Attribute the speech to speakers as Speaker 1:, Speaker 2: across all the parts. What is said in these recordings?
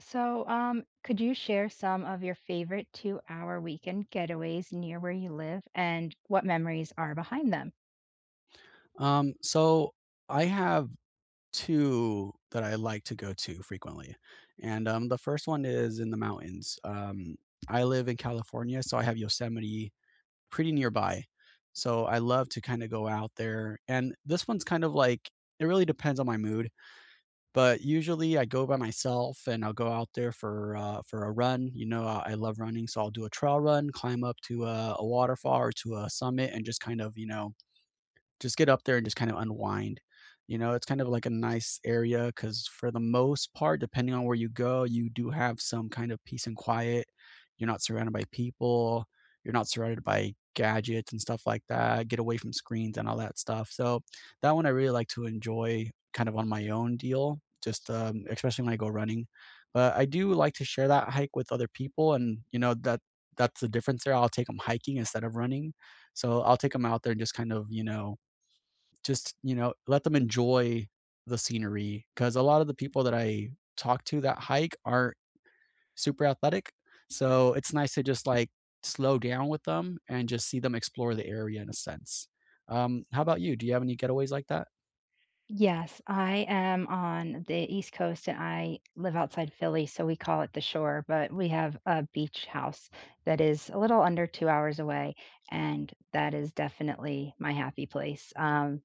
Speaker 1: So, could you share some of your favorite 2-hour weekend getaways near where you live and what memories are behind them?
Speaker 2: So I have 2 that I like to go to frequently, and, the first one is in the mountains. I live in California, so I have Yosemite pretty nearby, so I love to kinda go out there, and this one's kind of like it really depends on my mood, but usually I go by myself and I'll go out there for a run, you know, I love running, so I'll do a trail run, climb up to a waterfall or to a summit and just kind of, just get up there and just kind of unwind. You know, it's kind of like a nice area because for the most part, depending on where you go, you do have some kind of peace and quiet. You're not surrounded by people. You're not surrounded by gadgets and stuff like that. Get away from screens and all that stuff. So that one I really like to enjoy kind of on my own deal, just especially when I go running. But I do like to share that hike with other people, and you know that that's the difference there. I'll take them hiking instead of running, so I'll take them out there and just kind of just, let them enjoy the scenery because a lot of the people that I talk to that hike aren't super athletic, so it's nice to just, like, slow down with them and just see them explore the area in a sense. How about you? Do you have any getaways like that?
Speaker 1: Yes, I am on the East Coast and I live outside Philly, so we call it the shore, but we have a beach house that is a little under 2 hours away, and that is definitely my happy place.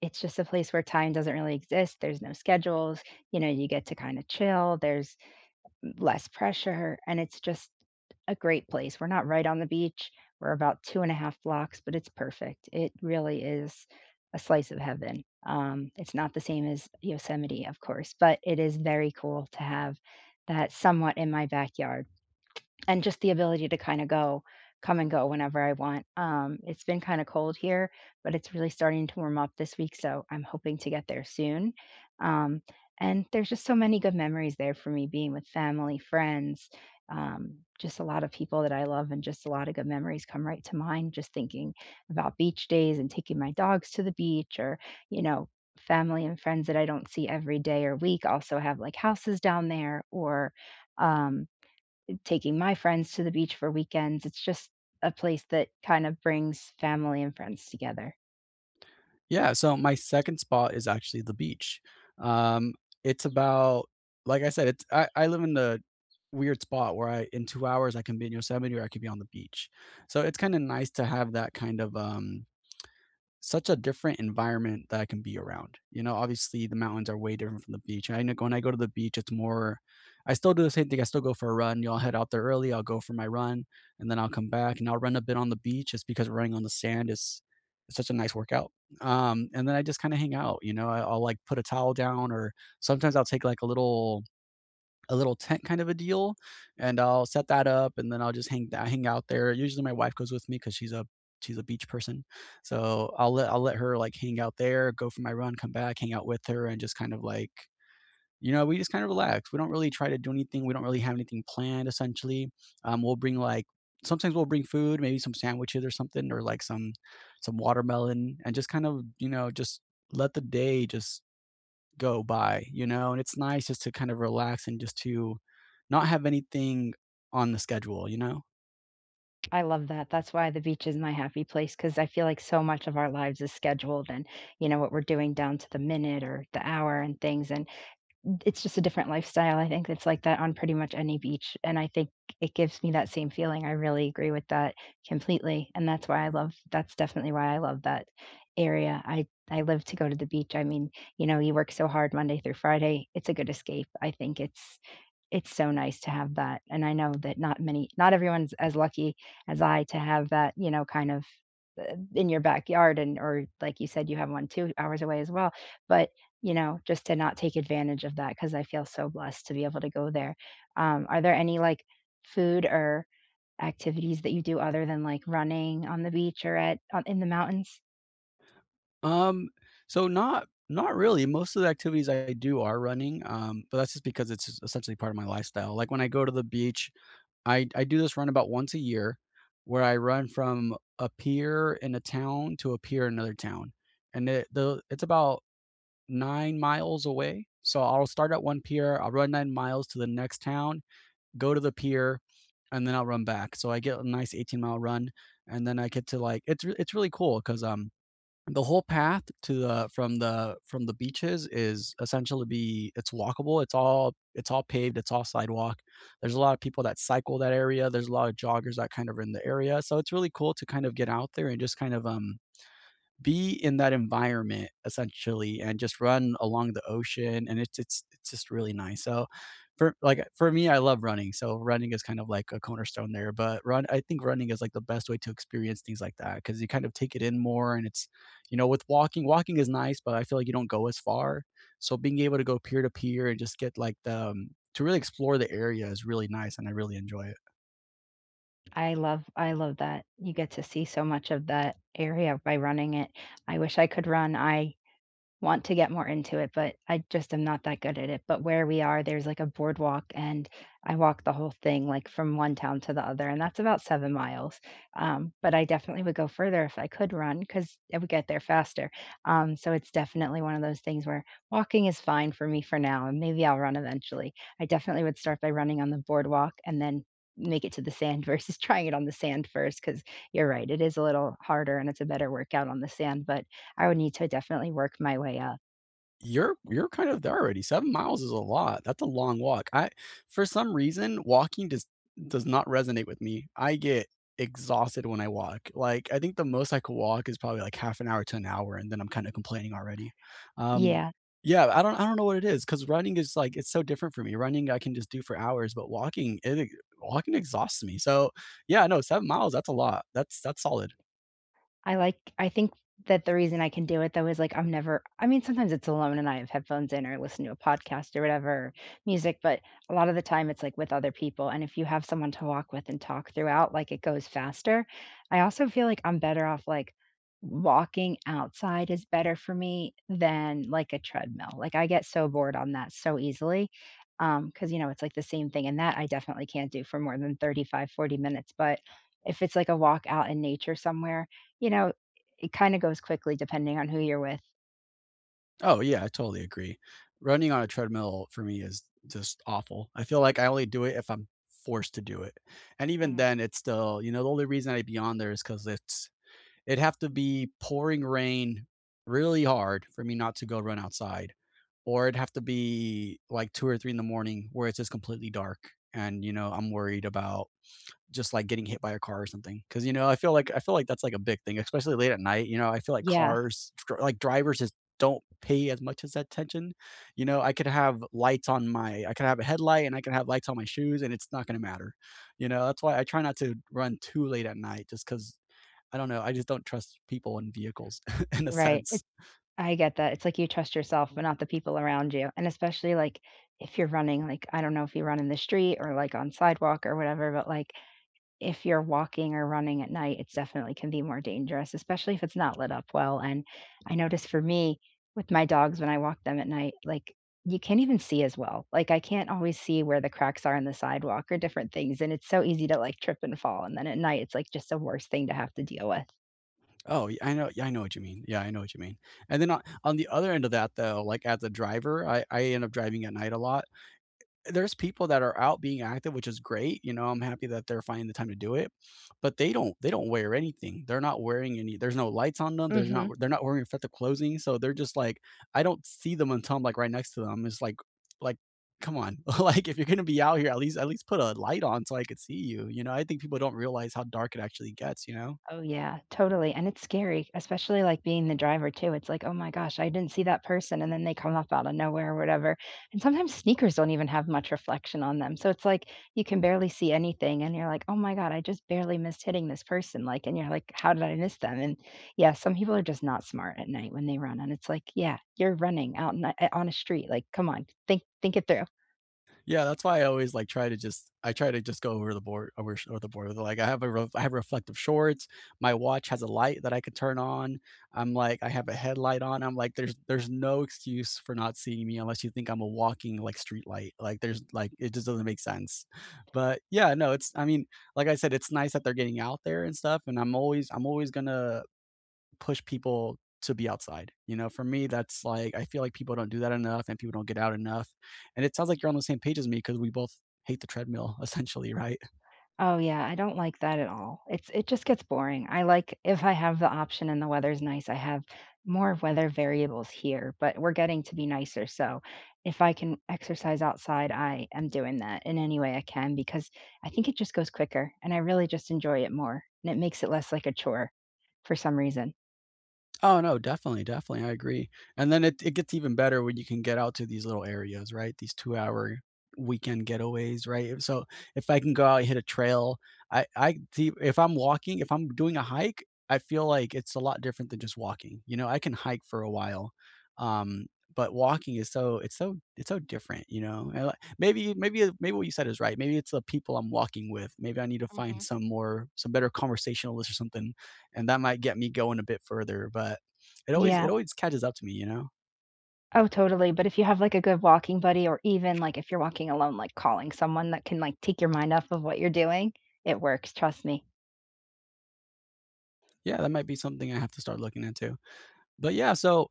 Speaker 1: It's just a place where time doesn't really exist. There's no schedules. You know, you get to kind of chill. There's less pressure, and it's just a great place. We're not right on the beach. We're about 2 and a half blocks, but it's perfect. It really is a slice of heaven. It's not the same as Yosemite, of course, but it is very cool to have that somewhat in my backyard and just the ability to kind of go come and go whenever I want. It's been kind of cold here, but it's really starting to warm up this week, so I'm hoping to get there soon. Um, and there's just so many good memories there for me being with family, friends, just a lot of people that I love, and just a lot of good memories come right to mind just thinking about beach days and taking my dogs to the beach or, you know, family and friends that I don't see every day or week also have like houses down there or um taking my friends to the beach for weekends. It's just a place that kind of brings family and friends together.
Speaker 2: Yeah, so my second spot is actually the beach. Um, it's about like I said, it's I live in the weird spot where I in 2 hours, I can be in Yosemite or I could be on the beach. So it's kinda nice to have that kind of, such a different environment that I can be around. You know, obviously the mountains are way different from the beach. I know when I go to the beach, it's more I still do the same thing. I still go for a run. You know, I'll head out there early, I'll go for my run, and then I'll come back and I'll run a bit on the beach just because running on the sand is it's such a nice workout. And then I just kind of hang out, you know, I'll like put a towel down or sometimes I'll take like a little tent kind of a deal, and I'll set that up, and then I'll just hang I hang out there. Usually, my wife goes with me because she's a beach person, so I'll let her like hang out there, go for my run, come back, hang out with her, and just kind of like you know we just kind of relax. We don't really try to do anything. We don't really have anything planned. Essentially, we'll bring like sometimes we'll bring food, maybe some sandwiches or something, or like some watermelon, and just kind of you know just let the day just go by, you know? And it's nice just to kind of relax and just to not have anything on the schedule, you know?
Speaker 1: I love that. That's why the beach is my happy place because I feel like so much of our lives is scheduled and, you know, what we're doing down to the minute or the hour and things. And it's just a different lifestyle. I think it's like that on pretty much any beach, and I think it gives me that same feeling. I really agree with that completely, and that's definitely why I love that area. I live to go to the beach, I mean, you know, you work so hard Monday through Friday, it's a good escape. I think it's so nice to have that, and I know that not everyone's as lucky as I to have that, you know, kind of in your backyard, and or like you said you have one 2 hours away as well, but, you know, just to not take advantage of that, because I feel so blessed to be able to go there. Are there any, like, food or activities that you do other than, like, running on the beach or at on in the mountains?
Speaker 2: Um, so not really. Most of the activities I do are running, but that's just because it's just essentially part of my lifestyle. Like when I go to the beach, I do this run about once a year where I run from a pier in a town to a pier in another town. And it's about 9 miles away. So I'll start at one pier, I'll run 9 miles to the next town, go to the pier, and then I'll run back. So I get a nice 18-mile run, and then I get to like it's really cool because the whole path to the from the beaches is essentially be it's walkable. It's all paved. It's all sidewalk. There's a lot of people that cycle that area. There's a lot of joggers that kind of are in the area. So it's really cool to kind of get out there and just kind of be in that environment essentially and just run along the ocean and it's just really nice. So for me, I love running. So running is kind of like a cornerstone there, but run I think running is like the best way to experience things like that because you kind of take it in more and it's you know with walking, walking is nice, but I feel like you don't go as far. So being able to go peer to peer and just get like the to really explore the area is really nice and I really enjoy it.
Speaker 1: I love that. You get to see so much of that area by running it. I wish I could run. I want to get more into it, but I just am not that good at it. But where we are, there's like a boardwalk, and I walk the whole thing, like from one town to the other, and that's about 7 miles. But I definitely would go further if I could run because I would get there faster. So it's definitely one of those things where walking is fine for me for now, and maybe I'll run eventually. I definitely would start by running on the boardwalk and then make it to the sand versus trying it on the sand first, because you're right, it is a little harder and it's a better workout on the sand, but I would need to definitely work my way up.
Speaker 2: You're kind of there already. 7 miles is a lot. That's a long walk. I for some reason, walking does not resonate with me. I get exhausted when I walk. Like, I think the most I could walk is probably, like, half an hour to an hour, and then I'm kinda complaining already. Um,
Speaker 1: Yeah,
Speaker 2: yeah, I don't know what it is because running is, like it's so different for me. Running, I can just do for hours, but walking, it e walking exhausts me. So, yeah, no, 7 miles, that's a lot. That's solid.
Speaker 1: I think that the reason I can do it though is like I'm never I mean, sometimes it's alone and I have headphones in or listen to a podcast or whatever, music, but a lot of the time it's like with other people, and if you have someone to walk with and talk throughout, like, it goes faster. I also feel like I'm better off, like, walking outside is better for me than, like, a treadmill. Like, I get so bored on that so easily, because you know, it's like the same thing, and that I definitely can't do for more than 35, 40 minutes, but if it's like a walk out in nature somewhere, you know, it kinda goes quickly depending on who you're with.
Speaker 2: Oh, yeah, I totally agree. Running on a treadmill for me is just awful. I feel like I only do it if I'm forced to do it. And even
Speaker 1: Mhm.
Speaker 2: then, it's still, you know, the only reason I'd be on there is because it's, it'd have to be pouring rain really hard for me not to go run outside. Or it'd have to be like two or three in the morning where it's just completely dark. And, you know, I'm worried about just like getting hit by a car or something, because I feel like that's like a big thing, especially late at night, you know, I feel like
Speaker 1: Yeah,
Speaker 2: cars dr like drivers just don't pay as much as attention, you know, I could have a headlight and I could have lights on my shoes and it's not gonna matter, you know, that's why I try not to run too late at night just because I don't know, I just don't trust people and vehicles in a
Speaker 1: right.
Speaker 2: sense.
Speaker 1: It I get that. It's like you trust yourself, but not the people around you, and especially, like, if you're running, like, I don't know if you run in the street or, like, on sidewalk or whatever, but, like, if you're walking or running at night, it's definitely can be more dangerous, especially if it's not lit up well, and I notice for me, with my dogs, when I walk them at night, like, you can't even see as well, like, I can't always see where the cracks are in the sidewalk or different things, and it's so easy to, like, trip and fall, and then at night, it's, like, just the worst thing to have to deal with.
Speaker 2: Oh, yeah, I know what you mean. Yeah, I know what you mean. And then on the other end of that though, like as a driver, I end up driving at night a lot. There's people that are out being active, which is great, you know, I'm happy that they're finding the time to do it, but they don't wear anything. They're not wearing any There's no lights on them, there's not
Speaker 1: Mhm.
Speaker 2: they're not wearing effective clothing, so they're just like I don't see them until I'm, like, right next to them. It's like, "Come on." Like, if you're gonna be out here, at least put a light on so I could see you, you know? I think people don't realize how dark it actually gets, you know?
Speaker 1: Oh, yeah, totally, and it's scary, especially, like, being the driver too, it's like, "Oh my gosh, I didn't see that person," and then they come up out of nowhere or whatever, and sometimes sneakers don't even have much reflection on them, so it's like, you can barely see anything, and you're like, "Oh my god, I just barely missed hitting this person," like, and you're like, "How did I miss them?" And, yeah, some people are just not smart at night when they run, and it's like, yeah, you're running out in on a street, like, come on, think it through.
Speaker 2: Yeah, that's why I always like try to just I try to just go over the board over over the board with it. Like I have a I have reflective shorts. My watch has a light that I could turn on. I have a headlight on. I'm like there's no excuse for not seeing me unless you think I'm a walking like street light. Like there's like it just doesn't make sense. But yeah, no, it's I mean like I said, it's nice that they're getting out there and stuff. And I'm always gonna push people to be outside. You know, for me, that's like I feel like people don't do that enough and people don't get out enough. And it sounds like you're on the same page as me because we both hate the treadmill essentially, right?
Speaker 1: Oh, yeah, I don't like that at all. It just gets boring. I like if I have the option and the weather's nice. I have more weather variables here, but we're getting to be nicer, so if I can exercise outside, I am doing that in any way I can because I think it just goes quicker and I really just enjoy it more, and it makes it less like a chore for some reason.
Speaker 2: Oh, no, definitely, definitely, I agree, and then it gets even better when you can get out to these little areas, right? These two-hour weekend getaways, right? If- So, if I can go out and hit a trail, I see if I'm walking if I'm doing a hike, I feel like it's a lot different than just walking, you know, I can hike for a while, um, but walking is it's so different, you know? And, like, maybe what you said is right, maybe it's the people I'm walking with, maybe I need to find
Speaker 1: Mhm.
Speaker 2: some better conversationalists or something, and that might get me going a bit further. But it always
Speaker 1: Yeah.
Speaker 2: it always catches up to me, you know?
Speaker 1: Oh, totally, but if you have, like, a good walking buddy or even, like, if you're walking alone, like, calling someone that can, like, take your mind off of what you're doing, it works, trust me.
Speaker 2: Yeah, that might be something I have to start looking into. But yeah, so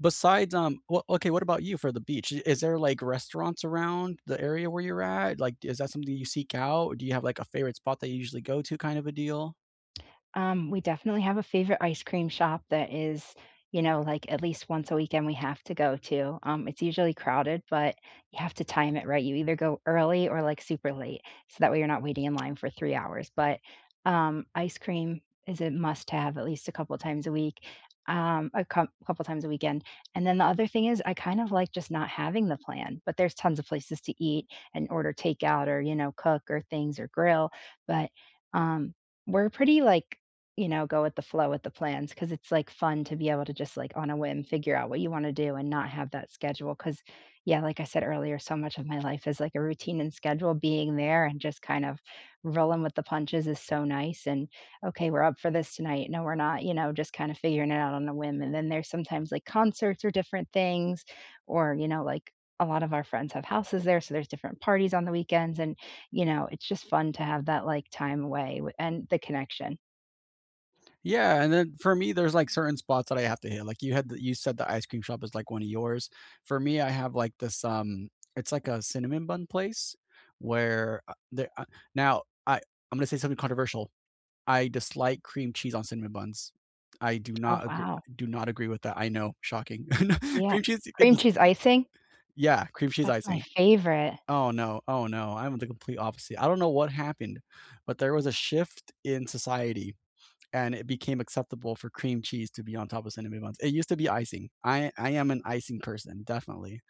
Speaker 2: what about you for the beach? Is there like restaurants around the area where you're at? Like is that something you seek out? Or do you have like a favorite spot that you usually go to, kind of a deal?
Speaker 1: We definitely have a favorite ice cream shop that is, you know, like at least once a weekend we have to go to. It's usually crowded, but you have to time it right. You either go early or like super late, so that way you're not waiting in line for 3 hours. But ice cream is a must have at least a couple times a week, a couple times a weekend. And then the other thing is, I kind of like just not having the plan, but there's tons of places to eat and order takeout or, you know, cook or things or grill. But um, we're pretty like, you know, go with the flow with the plans, because it's, like, fun to be able to just, like, on a whim, figure out what you wanna do and not have that schedule. Because, yeah, like I said earlier, so much of my life is, like, a routine and schedule, being there and just kind of rolling with the punches is so nice, and, "Okay, we're up for this tonight. No, we're not," you know, just kinda figuring it out on a whim, and then there's sometimes, like, concerts or different things or, you know, like, a lot of our friends have houses there, so there's different parties on the weekends, and, you know, it's just fun to have that, like, time away w and the connection.
Speaker 2: Yeah, and then for me, there's, like, certain spots that I have to hit, like, you had the you said the ice cream shop is, like, one of yours. For me, I have, like, this. It's like a cinnamon bun place where, there now, I'm gonna say something controversial. I dislike cream cheese on cinnamon buns. I do
Speaker 1: Oh,
Speaker 2: not agree,
Speaker 1: wow.
Speaker 2: do not agree with that, I know, shocking.
Speaker 1: Yeah.
Speaker 2: Cream cheese, you can
Speaker 1: Cream
Speaker 2: just
Speaker 1: cheese icing?
Speaker 2: yeah, cream cheese
Speaker 1: That's my
Speaker 2: icing.
Speaker 1: favorite.
Speaker 2: Oh, no, oh, no, I'm the complete opposite. I don't know what happened, but there was a shift in society and it became acceptable for cream cheese to be on top of cinnamon buns. It used to be icing. I am an icing person, definitely.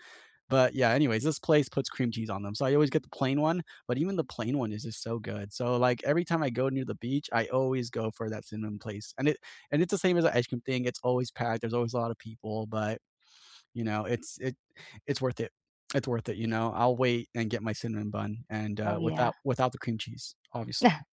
Speaker 2: But yeah, anyways, this place puts cream cheese on them. So I always get the plain one, but even the plain one is just so good. So like every time I go near the beach, I always go for that cinnamon place. And it's the same as the ice cream thing. It's always packed. There's always a lot of people, but you know, it's worth it. It's worth it, you know. I'll wait and get my cinnamon bun, and
Speaker 1: Oh, yeah.
Speaker 2: without without the cream cheese, obviously.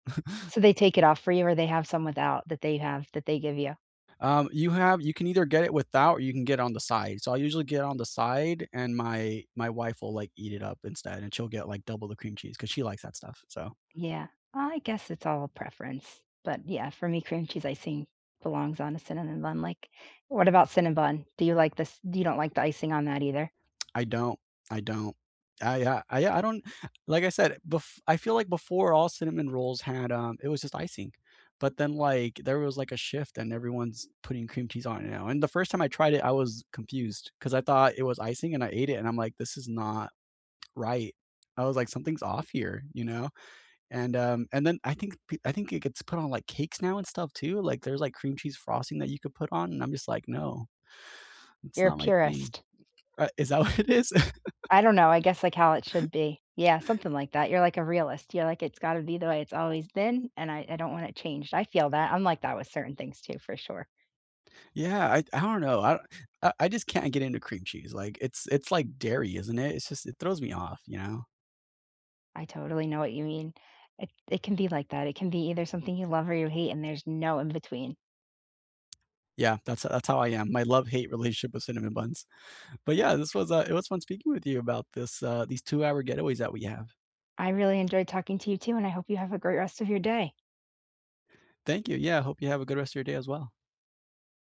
Speaker 1: So they take it off for you or they have some without that they give you?
Speaker 2: You have you can either get it without or you can get it on the side. So I usually get it on the side and my wife will, like, eat it up instead, and she'll get, like, double the cream cheese because she likes that stuff. So
Speaker 1: Yeah. I guess it's all preference, but, yeah, for me, cream cheese icing belongs on a cinnamon bun, like, what about cinnamon bun? Do you like this You don't like the icing on that either?
Speaker 2: I don't I don't. I yeah, I don't, like I said, bef I feel like before all cinnamon rolls had, it was just icing, but then, like, there was, like, a shift and everyone's putting cream cheese on it now, and the first time I tried it, I was confused because I thought it was icing and I ate it and I'm like, "This is not right." I was like, "Something's off here," you know? And then I think it gets put on, like, cakes now and stuff too, like, there's, like, cream cheese frosting that you could put on, and I'm just like, "No, it's
Speaker 1: You're a
Speaker 2: not my thing."
Speaker 1: purist.
Speaker 2: Is that what it is?
Speaker 1: I don't know, I guess, like, how it should be. Yeah, something like that. You're like a realist. You're like, "It's gotta be the way it's always been, and I don't want it changed." I feel that. I'm like that with certain things too, for sure.
Speaker 2: Yeah, I don't know, I I just can't get into cream cheese, like, it's like dairy, isn't it? It's just it throws me off, you know?
Speaker 1: I totally know what you mean. It can be like that. It can be either something you love or you hate, and there's no in between.
Speaker 2: Yeah, that's how I am, my love-hate relationship with cinnamon buns. But yeah, this was, it was fun speaking with you about this, these two-hour getaways that we have.
Speaker 1: I really enjoyed talking to you too, and I hope you have a great rest of your day.
Speaker 2: Thank you, yeah, hope you have a good rest of your day as well.